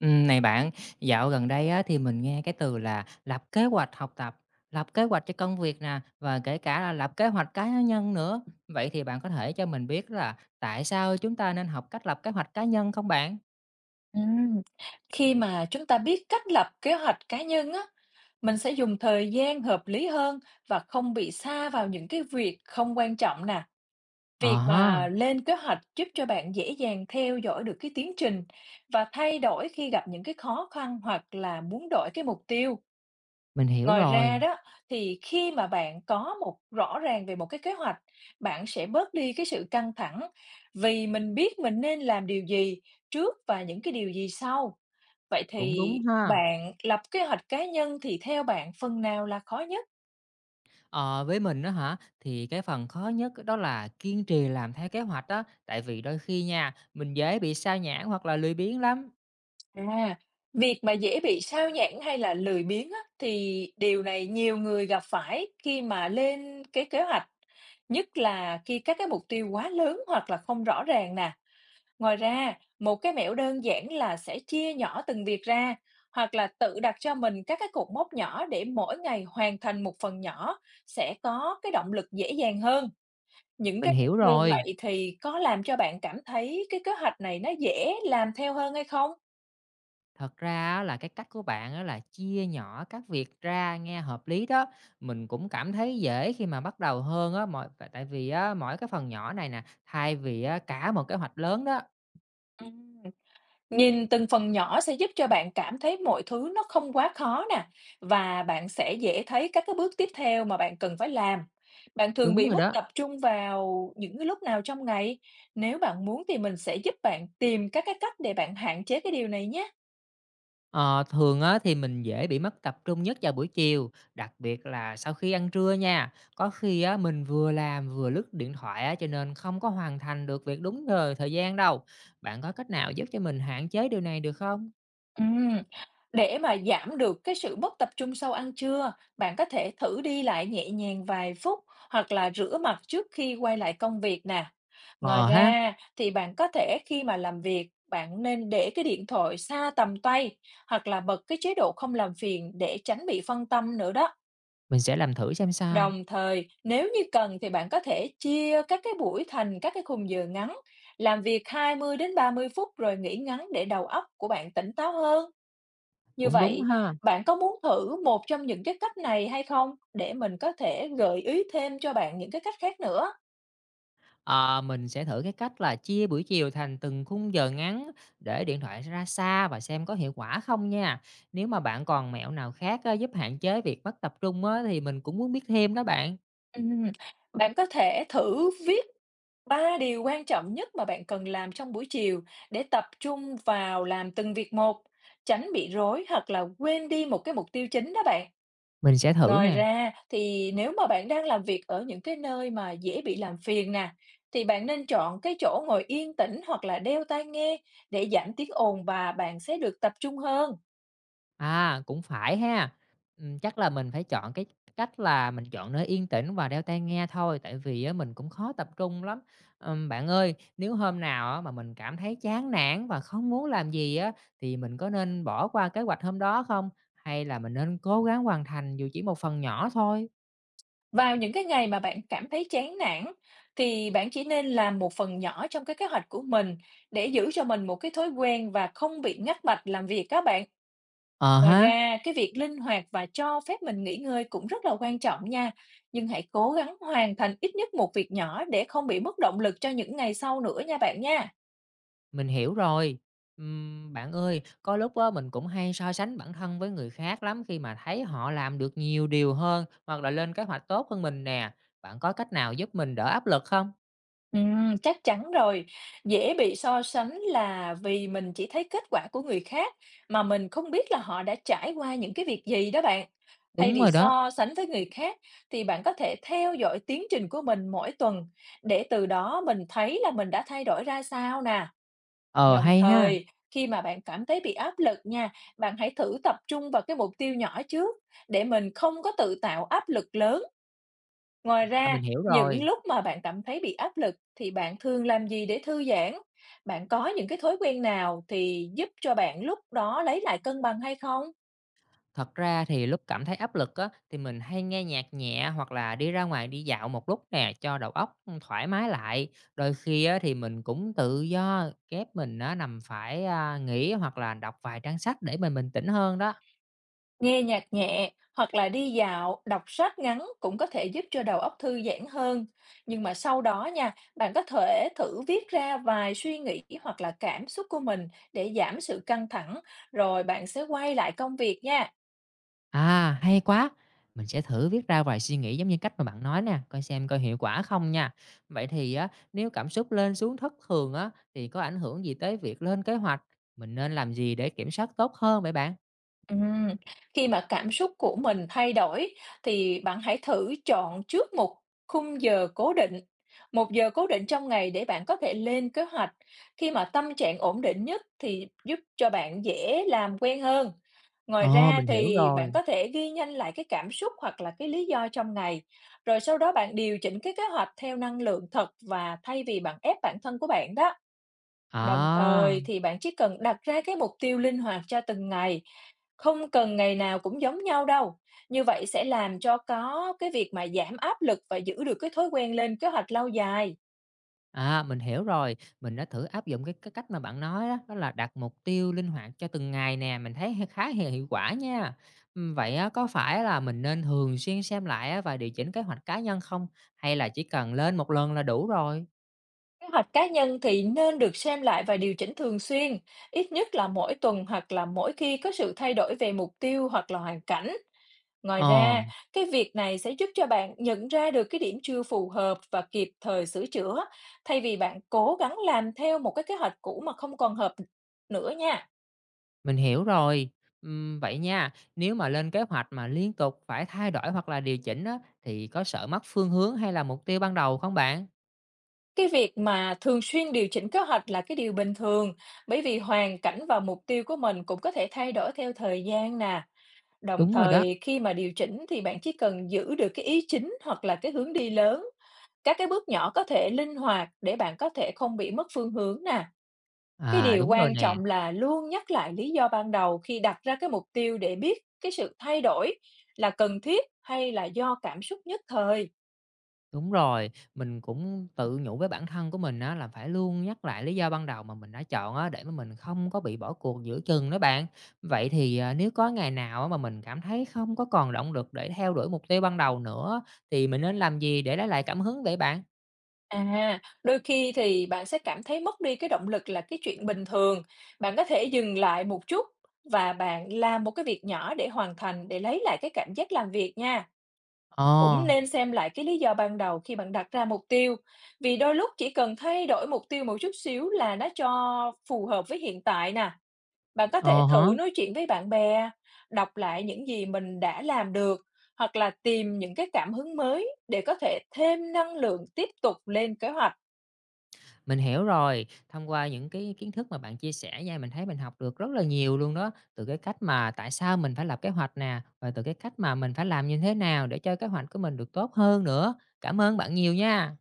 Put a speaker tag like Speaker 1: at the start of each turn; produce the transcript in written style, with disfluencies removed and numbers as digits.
Speaker 1: Này bạn, dạo gần đây á, thì mình nghe cái từ là lập kế hoạch học tập, lập kế hoạch cho công việc nè, và kể cả là lập kế hoạch cá nhân nữa. Vậy thì bạn có thể cho mình biết là tại sao chúng ta nên học cách lập kế hoạch cá nhân không bạn?
Speaker 2: Ừm, khi mà chúng ta biết cách lập kế hoạch cá nhân á, mình sẽ dùng thời gian hợp lý hơn và không bị sa vào những cái việc không quan trọng nè.
Speaker 1: Ờ
Speaker 2: Việc
Speaker 1: ha,
Speaker 2: mà lên kế hoạch giúp cho bạn dễ dàng theo dõi được cái tiến trình và thay đổi khi gặp những cái khó khăn hoặc là muốn đổi cái mục tiêu.
Speaker 1: mình hiểu
Speaker 2: Ngoài ra
Speaker 1: rồi,
Speaker 2: đó, thì khi mà bạn có một rõ ràng về một cái kế hoạch, bạn sẽ bớt đi cái sự căng thẳng vì mình biết mình nên làm điều gì trước và những cái điều gì sau. Vậy
Speaker 1: cũng đúng
Speaker 2: thì
Speaker 1: ha.
Speaker 2: bạn lập kế hoạch cá nhân thì theo bạn phần nào là khó nhất?
Speaker 1: Ờ, với mình đó hả, thì cái phần khó nhất đó là kiên trì làm theo kế hoạch đó, tại vì đôi khi nha, mình dễ bị sao nhãng hoặc là lười biếng lắm.
Speaker 2: À, việc mà dễ bị sao nhãng hay là lười biếng á, thì điều này nhiều người gặp phải khi mà lên cái kế hoạch, nhất là khi các cái mục tiêu quá lớn hoặc là không rõ ràng nè. Ngoài ra, một cái mẹo đơn giản là sẽ chia nhỏ từng việc ra hoặc là tự đặt cho mình các cái cột mốc nhỏ để mỗi ngày hoàn thành một phần nhỏ sẽ có cái động lực dễ dàng hơn. Những
Speaker 1: Mình
Speaker 2: cái cách
Speaker 1: hiểu
Speaker 2: như
Speaker 1: rồi.
Speaker 2: vậy thì có làm cho bạn cảm thấy cái kế hoạch này nó dễ làm theo hơn hay không?
Speaker 1: Thật ra á là cái cách của bạn á là chia nhỏ các việc ra nghe hợp lý đó, mình cũng cảm thấy dễ khi mà bắt đầu hơn á, mọi tại tại vì á mỗi cái phần nhỏ này nè, thay vì á cả một kế hoạch lớn đó.
Speaker 2: Ừm. Nhìn từng phần nhỏ sẽ giúp cho bạn cảm thấy mọi thứ nó không quá khó nè, và bạn sẽ dễ thấy các cái bước tiếp theo mà bạn cần phải làm. Bạn thường
Speaker 1: Đúng
Speaker 2: bị
Speaker 1: rồi
Speaker 2: mất
Speaker 1: đó.
Speaker 2: tập trung vào những cái lúc nào trong ngày? Nếu bạn muốn thì mình sẽ giúp bạn tìm các cái cách để bạn hạn chế cái điều này nhé.
Speaker 1: Ờ, thường á thì mình dễ bị mất tập trung nhất vào buổi chiều, đặc biệt là sau khi ăn trưa nha. Có khi á mình vừa làm vừa lướt điện thoại á, cho nên không có hoàn thành được việc đúng thời thời gian đâu. Bạn có cách nào giúp cho mình hạn chế điều này được không?
Speaker 2: Ừm. Để mà giảm được cái sự mất tập trung sau ăn trưa, bạn có thể thử đi lại nhẹ nhàng vài phút hoặc là rửa mặt trước khi quay lại công việc nè. Ngoài
Speaker 1: Ờ ha,
Speaker 2: ra thì bạn có thể khi mà làm việc, bạn nên để cái điện thoại xa tầm tay hoặc là bật cái chế độ không làm phiền để tránh bị phân tâm nữa đó.
Speaker 1: mình sẽ làm thử xem sao.
Speaker 2: Đồng thời, nếu như cần thì bạn có thể chia các cái buổi thành các cái khung giờ ngắn, làm việc 20 đến 30 phút rồi nghỉ ngắn để đầu óc của bạn tỉnh táo hơn. Như
Speaker 1: Cũng đúng
Speaker 2: vậy,
Speaker 1: ha.
Speaker 2: bạn có muốn thử một trong những cái cách này hay không? Để mình có thể gợi ý thêm cho bạn những cái cách khác nữa.
Speaker 1: Ờ, mình sẽ thử cái cách là chia buổi chiều thành từng khung giờ ngắn để điện thoại ra xa và xem có hiệu quả không nha. Nếu mà bạn còn mẹo nào khác á, giúp hạn chế việc mất tập trung á, thì mình cũng muốn biết thêm đó bạn.
Speaker 2: Ừm, bạn có thể thử viết ba điều quan trọng nhất mà bạn cần làm trong buổi chiều, để tập trung vào làm từng việc một, tránh bị rối hoặc là quên đi một cái mục tiêu chính đó bạn.
Speaker 1: Mình sẽ thử
Speaker 2: Ngoài
Speaker 1: nè.
Speaker 2: ra thì nếu mà bạn đang làm việc ở những cái nơi mà dễ bị làm phiền nè, thì bạn nên chọn cái chỗ ngồi yên tĩnh hoặc là đeo tai nghe để giảm tiếng ồn và bạn sẽ được tập trung hơn.
Speaker 1: À, cũng phải ha. Chắc là mình phải chọn cái cách là mình chọn nơi yên tĩnh và đeo tai nghe thôi, tại vì á mình cũng khó tập trung lắm. Bạn ơi, nếu hôm nào á mà mình cảm thấy chán nản và không muốn làm gì á, thì mình có nên bỏ qua kế hoạch hôm đó không? Hay là mình nên cố gắng hoàn thành dù chỉ một phần nhỏ thôi?
Speaker 2: Vào những cái ngày mà bạn cảm thấy chán nản thì bạn chỉ nên làm một phần nhỏ trong cái kế hoạch của mình, để giữ cho mình một cái thói quen và không bị ngắt mạch làm việc các bạn.
Speaker 1: Ờ
Speaker 2: Ngoài
Speaker 1: ha.
Speaker 2: ra, cái việc linh hoạt và cho phép mình nghỉ ngơi cũng rất là quan trọng nha. Nhưng hãy cố gắng hoàn thành ít nhất một việc nhỏ để không bị mất động lực cho những ngày sau nữa nha bạn nha.
Speaker 1: Mình hiểu rồi. Bạn ơi, có lúc á mình cũng hay so sánh bản thân với người khác lắm khi mà thấy họ làm được nhiều điều hơn hoặc là lên kế hoạch tốt hơn mình nè. Bạn có cách nào giúp mình đỡ áp lực không?
Speaker 2: Chắc chắn rồi, dễ bị so sánh là vì mình chỉ thấy kết quả của người khác mà mình không biết là họ đã trải qua những cái việc gì đó bạn. Thay
Speaker 1: Đúng
Speaker 2: vì
Speaker 1: rồi đó.
Speaker 2: so sánh với người khác thì bạn có thể theo dõi tiến trình của mình mỗi tuần, để từ đó mình thấy là mình đã thay đổi ra sao nè.
Speaker 1: Ờ,
Speaker 2: Đồng
Speaker 1: hay ha.
Speaker 2: thời, khi mà bạn cảm thấy bị áp lực nha, bạn hãy thử tập trung vào cái mục tiêu nhỏ trước để mình không có tự tạo áp lực lớn. Ngoài
Speaker 1: À,
Speaker 2: ra,
Speaker 1: mình hiểu
Speaker 2: những
Speaker 1: rồi.
Speaker 2: lúc mà bạn cảm thấy bị áp lực thì bạn thường làm gì để thư giãn? Bạn có những cái thói quen nào thì giúp cho bạn lúc đó lấy lại cân bằng hay không?
Speaker 1: Thật ra thì lúc cảm thấy áp lực á, thì mình hay nghe nhạc nhẹ hoặc là đi ra ngoài đi dạo một lúc nè cho đầu óc thoải mái lại. Đôi khi á, thì mình cũng tự do kép mình á, nằm phải à, nghỉ hoặc là đọc vài trang sách để mình bình tĩnh hơn đó.
Speaker 2: Nghe nhạc nhẹ hoặc là đi dạo, đọc sách ngắn cũng có thể giúp cho đầu óc thư giãn hơn. Nhưng mà sau đó nha, bạn có thể thử viết ra vài suy nghĩ hoặc là cảm xúc của mình để giảm sự căng thẳng, rồi bạn sẽ quay lại công việc nha.
Speaker 1: À, hay quá! Mình sẽ thử viết ra vài suy nghĩ giống như cách mà bạn nói nè, coi xem coi hiệu quả không nha. Vậy thì á, nếu cảm xúc lên xuống thất thường á, thì có ảnh hưởng gì tới việc lên kế hoạch? Mình nên làm gì để kiểm soát tốt hơn vậy bạn?
Speaker 2: Ừm, khi mà cảm xúc của mình thay đổi thì bạn hãy thử chọn trước một khung giờ cố định, một giờ cố định trong ngày để bạn có thể lên kế hoạch. Khi mà tâm trạng ổn định nhất thì giúp cho bạn dễ làm quen hơn. Ngoài
Speaker 1: Ồ,
Speaker 2: ra
Speaker 1: mình hiểu
Speaker 2: thì
Speaker 1: rồi.
Speaker 2: bạn có thể ghi nhanh lại cái cảm xúc hoặc là cái lý do trong ngày, rồi sau đó bạn điều chỉnh cái kế hoạch theo năng lượng thật và thay vì bạn ép bản thân của bạn đó. Đồng
Speaker 1: À!
Speaker 2: thời thì bạn chỉ cần đặt ra cái mục tiêu linh hoạt cho từng ngày, không cần ngày nào cũng giống nhau đâu. Như vậy sẽ làm cho có cái việc mà giảm áp lực và giữ được cái thói quen lên kế hoạch lâu dài.
Speaker 1: À, mình hiểu rồi, mình đã thử áp dụng cái cách mà bạn nói đó, đó là đặt mục tiêu linh hoạt cho từng ngày nè, mình thấy h khá là hiệu quả nha. Vậy á, có phải là mình nên thường xuyên xem lại á và điều chỉnh kế hoạch cá nhân không? Hay là chỉ cần lên một lần là đủ rồi?
Speaker 2: Kế hoạch cá nhân thì nên được xem lại và điều chỉnh thường xuyên, ít nhất là mỗi tuần hoặc là mỗi khi có sự thay đổi về mục tiêu hoặc là hoàn cảnh. Ngoài
Speaker 1: Ờ,
Speaker 2: ra, cái việc này sẽ giúp cho bạn nhận ra được cái điểm chưa phù hợp và kịp thời sửa chữa, thay vì bạn cố gắng làm theo một cái kế hoạch cũ mà không còn hợp nữa nha.
Speaker 1: mình hiểu rồi. Vậy nha, nếu mà lên kế hoạch mà liên tục phải thay đổi hoặc là điều chỉnh á, thì có sợ mất phương hướng hay là mục tiêu ban đầu không bạn?
Speaker 2: Cái việc mà thường xuyên điều chỉnh kế hoạch là cái điều bình thường, bởi vì hoàn cảnh và mục tiêu của mình cũng có thể thay đổi theo thời gian nè. Đồng
Speaker 1: Đúng rồi đó.
Speaker 2: thời, khi mà điều chỉnh thì bạn chỉ cần giữ được cái ý chính hoặc là cái hướng đi lớn. Các cái bước nhỏ có thể linh hoạt để bạn có thể không bị mất phương hướng nè. Cái
Speaker 1: À,
Speaker 2: điều
Speaker 1: đúng rồi
Speaker 2: quan
Speaker 1: nè.
Speaker 2: trọng là luôn nhắc lại lý do ban đầu khi đặt ra cái mục tiêu, để biết cái sự thay đổi là cần thiết hay là do cảm xúc nhất thời.
Speaker 1: Đúng rồi, mình cũng tự nhủ với bản thân của mình á là phải luôn nhắc lại lý do ban đầu mà mình đã chọn á để mà mình không có bị bỏ cuộc giữa chừng đó bạn. Vậy thì, à, nếu có ngày nào á mà mình cảm thấy không có còn động lực để theo đuổi mục tiêu ban đầu nữa thì mình nên làm gì để lấy lại cảm hứng vậy bạn?
Speaker 2: À, đôi khi thì bạn sẽ cảm thấy mất đi cái động lực là cái chuyện bình thường. Bạn có thể dừng lại một chút và bạn làm một cái việc nhỏ để hoàn thành, để lấy lại cái cảm giác làm việc nha.
Speaker 1: Ờ,
Speaker 2: Cũng nên xem lại cái lý do ban đầu khi bạn đặt ra mục tiêu. Vì đôi lúc chỉ cần thay đổi mục tiêu một chút xíu là nó cho phù hợp với hiện tại nè. Bạn có thể
Speaker 1: ờ há.
Speaker 2: thử nói chuyện với bạn bè, đọc lại những gì mình đã làm được hoặc là tìm những cái cảm hứng mới để có thể thêm năng lượng tiếp tục lên kế hoạch.
Speaker 1: Mình hiểu rồi, thông qua những cái kiến thức mà bạn chia sẻ nha, mình thấy mình học được rất là nhiều luôn đó, từ cái cách mà tại sao mình phải lập kế hoạch nè, và từ cái cách mà mình phải làm như thế nào để cho kế hoạch của mình được tốt hơn nữa. Cảm ơn bạn nhiều nha.